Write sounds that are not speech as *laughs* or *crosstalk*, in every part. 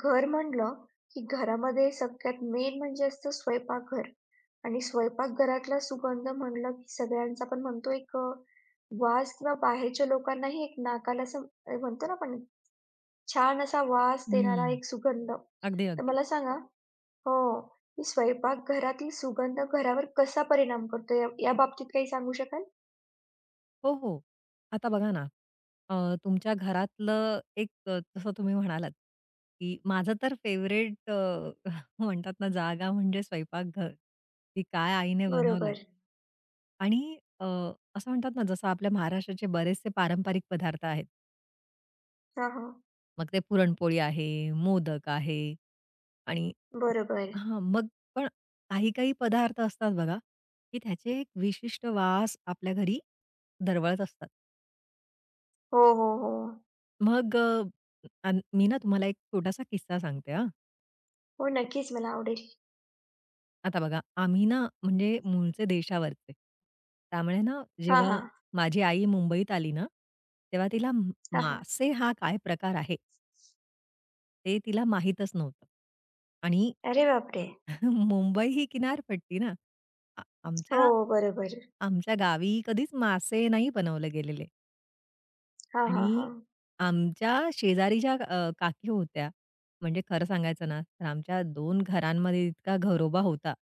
घर म्हणलं की घरामध्ये सगळ्यात मेन म्हणजे असतं स्वयंपाकघर. आणि स्वयंपाकघरातला सुगंध म्हणलं की सगळ्यांचा आपण म्हणतो एक वास, किंवा बाहेरच्या लोकांनाही एक नाकाला असं म्हणतो ना आपण छान असा वास देणारा हं. एक सुगंध. अगदी, तर अगदी. मला सांगा, हो, की स्वयंपाकघरातील सुगंध घरावर कसा परिणाम करतो, या बाबतीत काही सांगू शकाल? हो, हो. आता बघा ना, तुमच्या घरातलं एक जसं तुम्ही म्हणालात, की माझं तर फेवरेट *laughs* म्हणतात ना, जागा म्हणजे स्वयंपाकघर, की काय आईने बनवलंय. बरोबर. आणि अ, असं म्हणतात ना, जसं आपल्या महाराष्ट्राचे बरेचसे पारंपरिक पदार्थ आहेत. हा हा. मग ते पुरणपोळी आहे, मोदक आहे आणि बरोबर. हां, मग पण काही-काही पदार्थ असतात बघा, की त्याचे एक विशिष्ट वास आपल्या घरी दरवळत असतात. हो, हो, हो. मग अन् मी ना तुम्हाला एक छोटासा किस्सा सांगते हा. हो, नक्कीच मला आवडेल. आता बघा आम्ही ना म्हणजे मूळचे देशावरचे. त्यामुळे ना हा हा जेव्हा माझी आई मुंबईत आली ना, तेव्हा तिला हा हा. मासे हा काय प्रकार आहे, ते तिला माहीतच नव्हतं आणि अरे बापरे. *laughs* मुंबई ही किनारपट्टी ना. आ हो, आमच्या बरोबर. आमच्या गावी कधीच मासे नाही बनवले गेलेले हा हा हा आणि आमच्या शेजारी ज्या काकी होत्या, म्हणजे खरं सांगायचं ना, तर आमच्या 2 घरांमध्ये इतका घरोबा होता.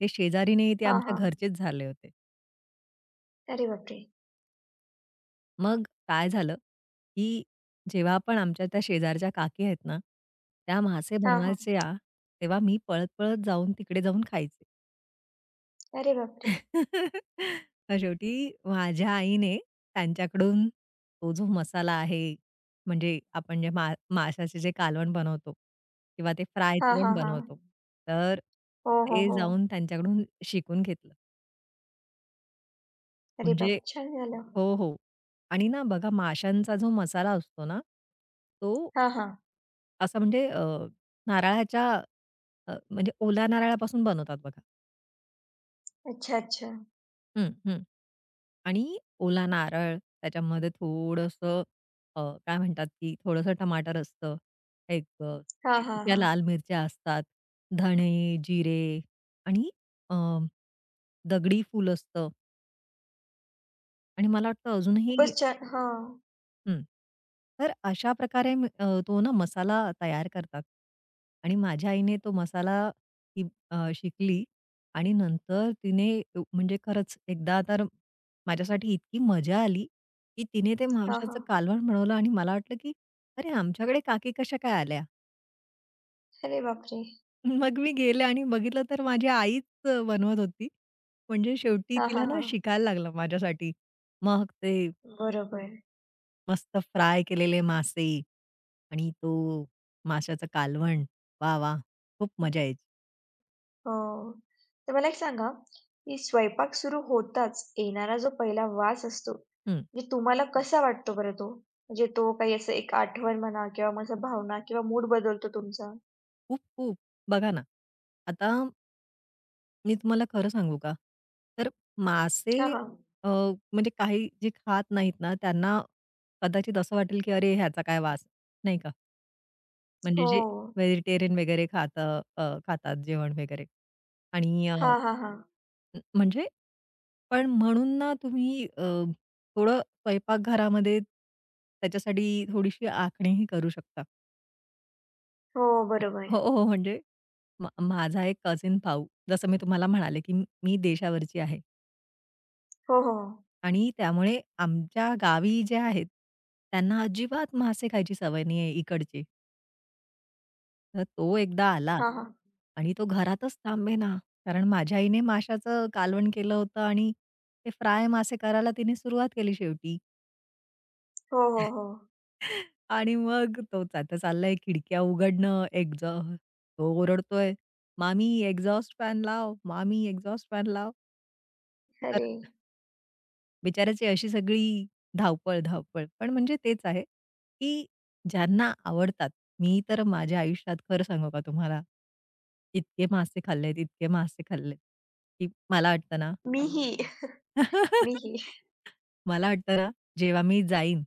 ते शेजारी नाही, ते हा आमच्या हां. घरचेच झाले होते. अरे बापरे! मग काय झालं, की जेव्हा पण आमच्या त्या शेजारच्या काकी आहेत ना, त्या मासे हा हा. बनवायच्या, तेव्हा मी पळत-पळत जाऊन तिकडे जाऊन खायचे. अरे बापरे! *laughs* मग शेवटी माझ्या आईने त्यांच्याकडून तो जो मसाला आहे, म्हणजे आपण जे माशाचे जे कालवण बनवतो किंवा ते हा फ्रायचं हा पण हा. बनवतो. तर हो, हो, ते हो. जाऊन त्यांच्याकडून शिकून घेतलं. अरे बाप! म्हणजे छान झालं. हो, हो. आणि ना बघा माशांचा जो मसाला असतो ना, तो हां, हां. असा म्हणजे नारळाच्या म्हणजे ओल्या नारळापासून बनवतात बघा. अच्छा, अच्छा. हं, हं. आणि ओला नारळ, त्याच्यामध्ये थोडंसं अ, काय म्हणतात, की थोडंसं टमाटर असतं. एक हा हा सुक्या हां. लाल मिरच्या असतात, धणे, जिरे आणि अ, दगडी फूल असतं आणि मला वाटतं हं. अजूनही खूपच छान हा. हं. तर अशा प्रकारे तो ना मसाला तयार करतात आणि माझ्या आईने तो मसाला ती शिकली आणि नंतर तिने म्हणजे खरंच एकदा तर माझ्यासाठी इतकी मजा आली, की तिने ते हां. हा माशाचं हां. कालवण बनवलं आणि मला वाटलं, की "अरे, आमच्याकडे काकी कशा काय आल्या?" अरे बापरे! *laughs* मग मी गेले आणि बघितलं तर माझी आईच बनवत होती. म्हणजे शेवटी हा हा तिला ना हां. शिकायला लागलं माझ्यासाठी. मग ते बरोबर. मस्त फ्राय केलेले मासे आणि तो माशाचं कालवण. वाह! वाह! खूप मजा यायची. हो. तर मला एक सांगा, की स्वयंपाक सुरू होताच येणारा जो पहिला वास असतो, हं. म्हणजे तुम्हाला कसा वाटतो बरं तो? म्हणजे तो काही असं एक आठवण म्हणा किंवा मग असं भावना किंवा मूड बदलतो तुमचा? खूप, खूप. बघा ना, आता मी तुम्हाला खरं सांगू का? तर मासे हां, हां. अ, म्हणजे काही जे खात नाहीत ना, त्यांना कदाचित असं वाटेल, की "अरे, ह्याचा काय वास?" नाही का? म्हणजे हो. जे व्हेजिटेरियन वगैरे खातात जेवण वगैरे आणि अ हां, हां, हां. अ, म्हणजे? पण म्हणून ना तुम्ही थोडं स्वयंपाकघरामध्ये त्याच्यासाठी थोडीशी आखणीही करू शकता. हो, बरोबर. हो, हो. म्हणजे माझा एक कझिन भाऊ, जसं मी तुम्हाला म्हणाले, की मी देशावरची आहे हो, हो. आणि त्यामुळे आमच्या गावी जे आहेत, त्यांना अजिबात मासे खायची सवय नाही आहे इकडची. तर तो एकदा आला हां, हां. आणि तो घरातच थांबेना. कारण माझ्या आईने माशाचं कालवण केलं होतं आणि ते फ्राय मासे करायला तिने सुरुवात केली शेवटी. हो, हो, हो. आणि मग तोच आता चाललाय खिडक्या उघडणं, तो ओरडतोय, "मामी एक्झॉस्ट फॅन लाव, मामी एक्झॉस्ट फॅन लाव." तर अरे, बिचाऱ्याची अशी सगळी धावपळ, धावपळ. पण म्हणजे तेच आहे, की ज्यांना आवडतात मी तर माझ्या आयुष्यात खरं सांगू का तुम्हाला, इतके मासे खाल्लेत, इतके मासे खाल्लेत, की मला वाटतं ना. मीही, *laughs* मीही. मला वाटतं ना, जेव्हा मी जाईन,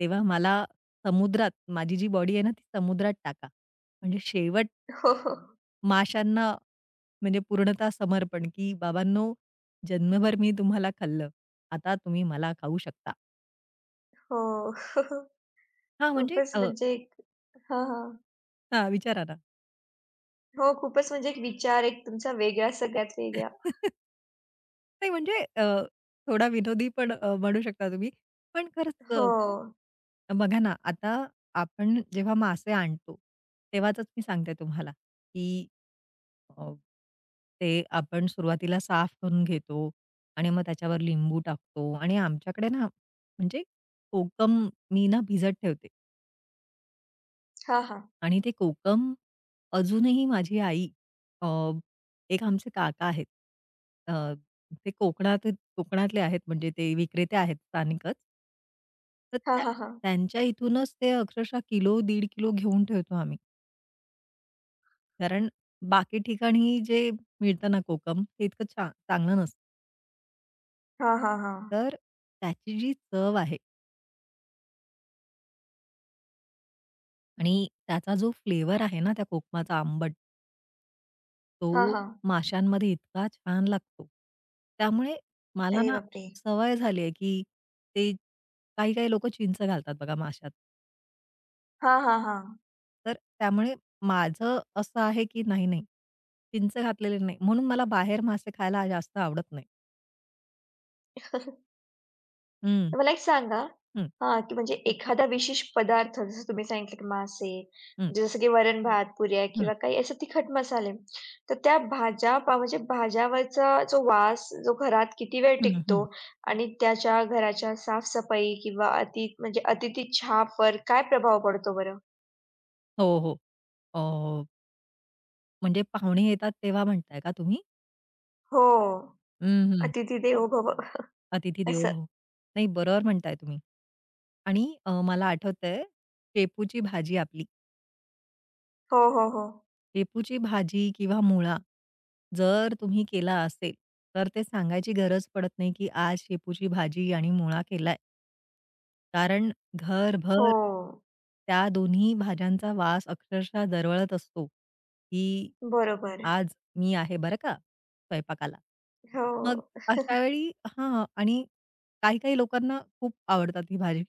तेव्हा मला समुद्रात माझी जी बॉडी आहे ना, ती समुद्रात टाका. म्हणजे शेवट हो, हो. माशांना म्हणजे पूर्णतः समर्पण, की "बाबांनो, जन्मभर मी तुम्हाला खाल्लं. आता तुम्ही मला खाऊ शकता." हो. हां, खूपच म्हणजे एक. हां, हां. हां, विचारा ना. हो, खूपच म्हणजे एक विचार, एक तुमचा वेगळा, सगळ्यात वेगळा. *laughs* नाही म्हणजे अ, थोडा विनोदी पण म्हणू शकता तुम्ही. पण खरंच हो. बघा ना, आता आपण जेव्हा मासे आणतो, तेव्हाचच मी सांगते तुम्हाला, की अ, ते आपण सुरुवातीला साफ करून घेतो आणि मग त्याच्यावर लिंबू टाकतो आणि आमच्याकडे ना म्हणजे कोकम मी ना भिजत ठेवते हां, हां. आणि ते कोकम अजूनही माझी आई अ, एक आमचे काका आहेत. अ, ते कोकणातले आहेत म्हणजे ते विक्रेते आहेत स्थानिकच. तर हां, हां, हां. त्यांच्या इथूनच ते अक्षरशः किलो, 1.5 किलो घेऊन ठेवतो आम्ही. कारण बाकी ठिकाणी जे मिळतं ना कोकम ते इतकं छान चांगलं नसतं. हां, हां, हां. तर त्याची जी चव आहे आणि त्याचा जो फ्लेवर आहे ना त्या कोकमाचा आंबट, हां, तो हां. माशांमध्ये इतका छान लागतो. त्यामुळे मला अरे ना बापरे! सवय झाली आहे, की ते काही-काही लोकं चिंच घालतात बघा माशात. हां, हां, हां. तर त्यामुळे माझं असं आहे, की नाही, नाही, चिंच घातलेले नाही. म्हणून मला बाहेर मासे खायला जास्त आवडत नाही. हं, तर मला एक सांगा, हं, हां, की म्हणजे एखादा विशेष पदार्थ जसं तुम्ही सांगितलं की मासे, हं, म्हणजे जसं की वरण-भात, पुऱ्या हं, किंवा काही असे तिखट मसाले. तर त्या भाज्या म्हणजे भाज्यावरचा जो वास, जो घरात किती वेळ हं, टिकतो हं. आणि त्याच्या घराच्या साफ-सफाई किंवा म्हणजे अतिथी छापवर काय प्रभाव पडतो बरं? हो, हो. अ, म्हणजे पाहुणे येतात तेव्हा म्हणताय का तुम्ही? हो. हं, हं. "अतिथी देवो भव" अतिथी देवो असं. भव. नाही बरोबर म्हणताय तुम्ही आणि मला आठवतंय शेपूची भाजी आपली. हो, हो, हो. शेपूची भाजी किंवा मुळा जर तुम्ही केला असेल, तर ते सांगायची गरज पडत नाही, की आज शेपूची भाजी आणि मुळा केलाय. कारण घरभर हो. त्या दोन्ही भाज्यांचा वास अक्षरशः दरवळत असतो, की बरोबर. आज मी आहे बरं का स्वयंपाकाला. हो. मग अशा वेळी हां आणि काही-काही लोकांना खूप आवडतात ही भाजी.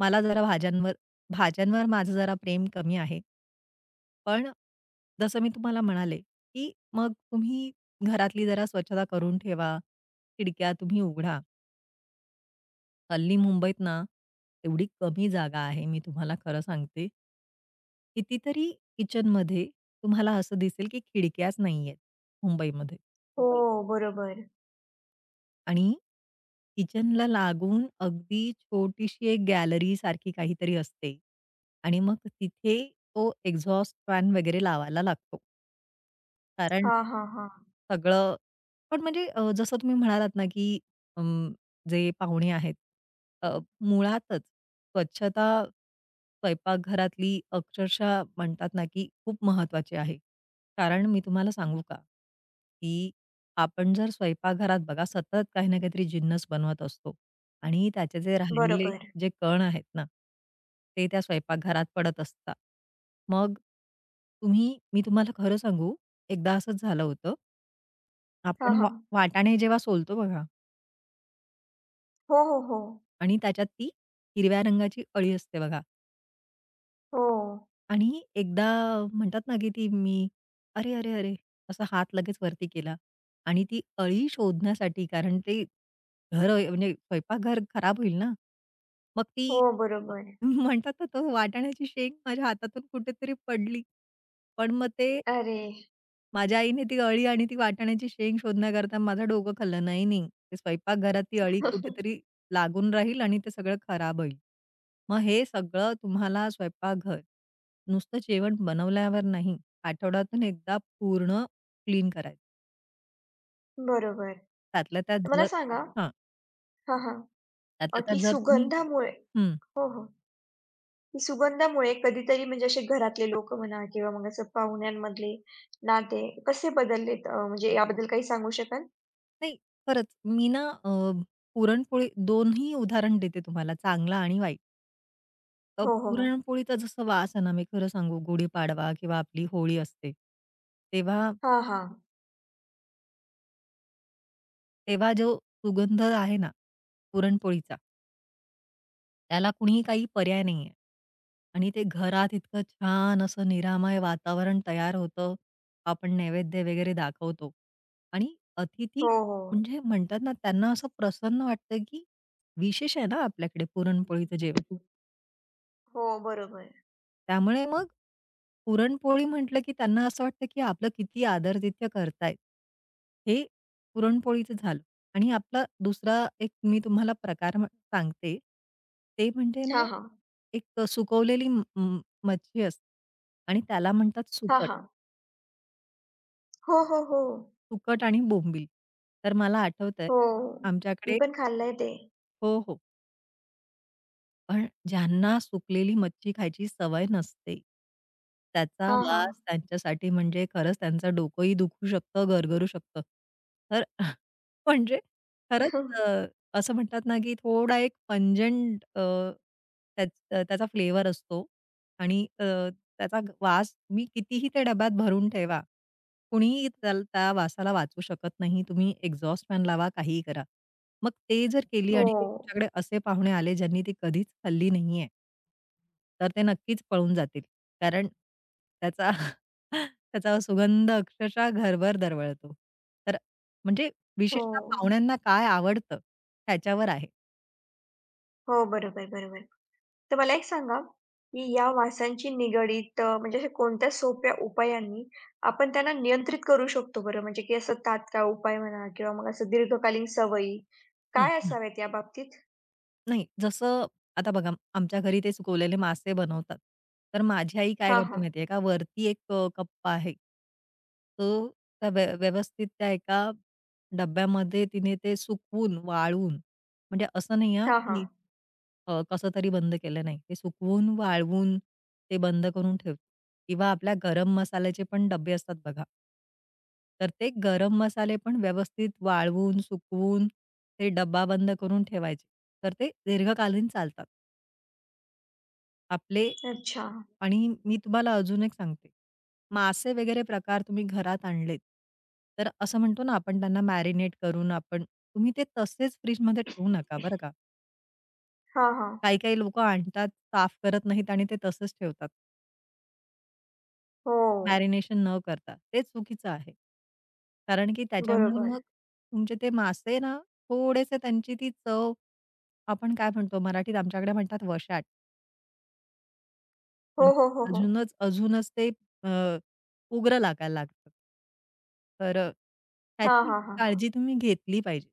मला जरा भाज्यांवर भाज्यांवर माझं जरा प्रेम कमी आहे. पण जसं मी तुम्हाला म्हणाले, की मग तुम्ही घरातली जरा स्वच्छता करून ठेवा, खिडक्या तुम्ही उघडा. हल्ली मुंबईत ना, एवढी कमी जागा आहे, मी तुम्हाला खरं सांगते. कितीतरी किचनमध्ये तुम्हाला असं दिसेल, की खिडक्याच नाहीयेत मुंबईमध्ये हो, बरोबर. आणि किचनला लागून अगदी छोटीशी एक गॅलरीसारखी काहीतरी असते आणि मग तिथे तो एक्झॉस्ट फॅन वगैरे लावायला लागतो. कारण हां, हां, हां. सगळं. पण म्हणजे जसं तुम्ही म्हणालात ना, की अं, जे पाहुणे आहेत अ, मुळातच स्वच्छता स्वयंपाकघरातली अक्षरशः म्हणतात ना, की खूप महत्वाची आहे. कारण मी तुम्हाला सांगू का, की आपण जर स्वयंपाकघरात बघा सतत काही ना काहीतरी जिन्नस बनवत असतो आणि त्याचे जे राहिलेले बरोबर. जे कण आहेत ना, ते त्या स्वयंपाकघरात पडत असतात. मग तुम्ही मी तुम्हाला खरं सांगू, एकदा असंच झालं होतं. हां, आपण वा हां. वाटाणे जेव्हा सोलतो बघा हो, हो, हो. आणि त्याच्यात ती हिरव्या रंगाची अळी असते बघा हो. आणि एकदा म्हणतात ना, की ती मी, "अरे, अरे, अरे!" असा हात लगेच वरती केला आणि ती अळी शोधण्यासाठी कारण ते घर म्हणजे स्वयंपाकघर खराब होईल ना. मग ती हो, बरोबर. *laughs* म्हणतात ना, तो वाटाण्याची शेंग माझ्या हातातून कुठेतरी पडली. पण मग ते अरे! माझ्या आईने ती अळी आणि ती वाटाण्याची शेंग शोधण्याकरता माझं डोकं खाल्लं. नाही, नाही. ते स्वयंपाकघरात ती अळी कुठेतरी *laughs* लागून राहील आणि ते सगळं खराब होईल. मग हे सगळं तुम्हाला स्वयंपाकघर नुसतं जेवण बनवल्यावर नाही, आठवड्यातून एकदा पूर्ण क्लीन करायचं. बरोबर. त्यातल्या त्यात तर मला जर सांगा, हां, हां, हां, त्यातल्या की त्यात जर तुम्ही सुगंधामुळे, हं. हो, हो, की सुगंधामुळे कधीतरी म्हणजे असे घरातले लोकं म्हणा किंवा मग असं पाहुण्यांमधले नाते कसे बदललेत, म्हणजे याबद्दल काही सांगू शकाल? नाही, खरंच मी ना पुरणपोळी दोन्ही उदाहरण देते तुम्हाला चांगलं आणि वाईट. हो, हो, हो. पुरणपोळीचा जसा वास आहे ना, मी खरं सांगू गुढीपाडवा किंवा आपली होळी असते. तेव्हा हां, हां. तेव्हा जो सुगंध आहे ना, पुरणपोळीचा त्याला कुणीही काही पर्याय नाहीये. आणि ते घरात इतकं छान असं निरामय वातावरण तयार होतं. आपण नैवेद्य वगैरे दाखवतो. आणि अतिथी हो, हो. म्हणजे म्हणतात ना, त्यांना असं प्रसन्न वाटतं, की विशेष आहे ना आपल्याकडे पुरणपोळीचं जेवण. हो, बरोबर. त्यामुळे मग पुरणपोळी म्हटलं, की त्यांना असं वाटतं, की आपलं किती आदरातिथ्य करतायत. हे पुरणपोळीचं झालं आणि आपला दुसरा एक मी तुम्हाला प्रकार म्ह सांगते. ते म्हणजे हां, ना, हां. एक सुकवलेली म म मच्छी असते आणि त्याला म्हणतात हां, सुकट. हां. हो, हो, हो. सुकट आणि बोंबील. तर मला आठवतंय हो. मी आमच्याकडे पण खाल्लंय ते. हो, हो. पण ज्यांना सुकलेली मच्छी खायची सवय नसते, त्याचा हां, हां. वास त्यांच्यासाठी म्हणजे खरंच त्यांचं डोकंही दुखू शकतं, गरगरू शकतं. तर *laughs* म्हणजे खरंच *laughs* असं म्हणतात ना, की थोडा एक पंजंट त्या त्याचा फ्लेवर असतो आणि त्याचा वास तुम्ही कितीही त्या डब्यात भरून ठेवा, कुणीही त्या त्या वासाला वाचवू शकत नाही. तुम्ही एक्झॉस्ट फॅन लावा, काहीही करा. मग ते जर केली हो. आणि तुमच्याकडे असे पाहुणे आले ज्यांनी ती कधीच खाल्ली नाहीये. तर ते नक्कीच पळून जातील. कारण त्याचा *laughs* त्याचा सुगंध अक्षरशः घरभर दरवळतो. तर म्हणजे हो. विशेषतः पाहुण्यांना काय आवडतं, त्याच्यावर आहे. हो, बरोबर, बरोबर. तर मला एक सांगा, की या वासांची निगडीत म्हणजे अशा कोणत्या सोप्या उपायांनी आपण त्यांना नियंत्रित करू शकतो बरं? म्हणजे की असं तात्काळ उपाय म्हणा किंवा मग असं दीर्घकालीन सवयी काय हं. असाव्यात या बाबतीत? नाही, जसं आता बघा आमच्या घरी ते सुकवलेले मासे बनवतात. तर माझी आई काय हां, करते हां. माहिती आहे का, वरती एक कप्पा आहे. तो त्या व्य व्यवस्थित त्या एका डब्यामध्ये तिने ते सुकवून, वाळवून म्हणजे असं नाही हां, हां, हां. की कसं तरी बंद केलं नाही. ते सुकवून, वाळवून ते बंद करून ठेवते किंवा आपल्या गरम मसाल्याचे पण डब्बे असतात बघा. तर ते गरम मसाले पण व्यवस्थित वाळवून, सुकवून ते डब्बा बंद करून ठेवायचे. तर ते दीर्घकालीन चालतात. आपले अच्छा. आणि मी तुम्हाला अजून एक सांगते. मासे वगैरे प्रकार तुम्ही घरात आणलेत, तर असं म्हणतो ना आपण त्यांना मॅरिनेट करून आपण तुम्ही ते तसेच फ्रिजमध्ये ठेवू नका बरं का. हां, हां. काही-काही लोकं आणतात, साफ करत नाहीत आणि ते तसंच ठेवतात. हो. मॅरिनेशन न करता. ते चुकीचं आहे. कारण की त्याच्यामुळे बरोबर. मग तुमचे ते मासे ना थोडेसे त्यांची ती चव आपण काय म्हणतो मराठीत आमच्याकडे म्हणतात वशाट. हो, हो, हो, म्हणजे हो. अजूनच, अजूनच ते अ, उग्र लागायला लागतं. तर हां, त्याची हां, हां, हां. काळजी तुम्ही घेतली पाहिजे,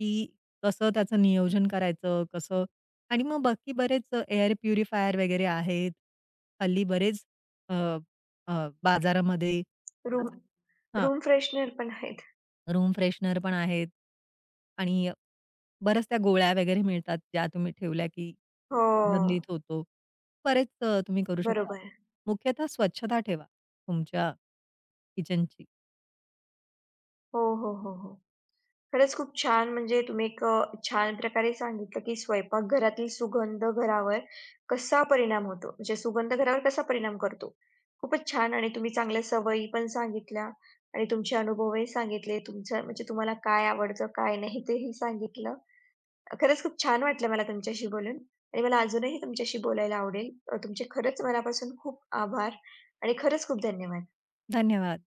की कसं त्याचं नियोजन करायचं, कसं आणि मग बाकी बरेच एअर प्युरिफायर वगैरे आहेत. हल्ली बरेच अ, अ, बाजारामध्ये रूम असं हां. रूम फ्रेशनर पण आहेत. रूम फ्रेशनर पण आहेत आणि बऱ्याच त्या गोळ्या वगैरे मिळतात, ज्या तुम्ही ठेवल्या की हो. सुगंधित होतो. बरेच तुम्ही करू शकता. बरोबर. मुख्यतः स्वच्छता ठेवा तुमच्या किचनची. हो, हो, हो, हो. खरंच खूप छान, म्हणजे तुम्ही एक छान प्रकारे सांगितलं की स्वयंपाकघरातील सुगंध घरावर कसा परिणाम होतो, म्हणजे सुगंध घरावर कसा परिणाम करतो. खूपच छान. आणि तुम्ही चांगल्या सवयी पण सांगितल्या आणि तुमचे अनुभवही सांगितले. तुमचं म्हणजे तुम्हाला काय आवडतं, काय नाही, तेही सांगितलं. खरंच खूप छान वाटलं मला तुमच्याशी बोलून आणि मला अजूनही तुमच्याशी बोलायला आवडेल. तुमचे खरंच मनापासून खूप आभार आणि खरंच खूप धन्यवाद. धन्यवाद.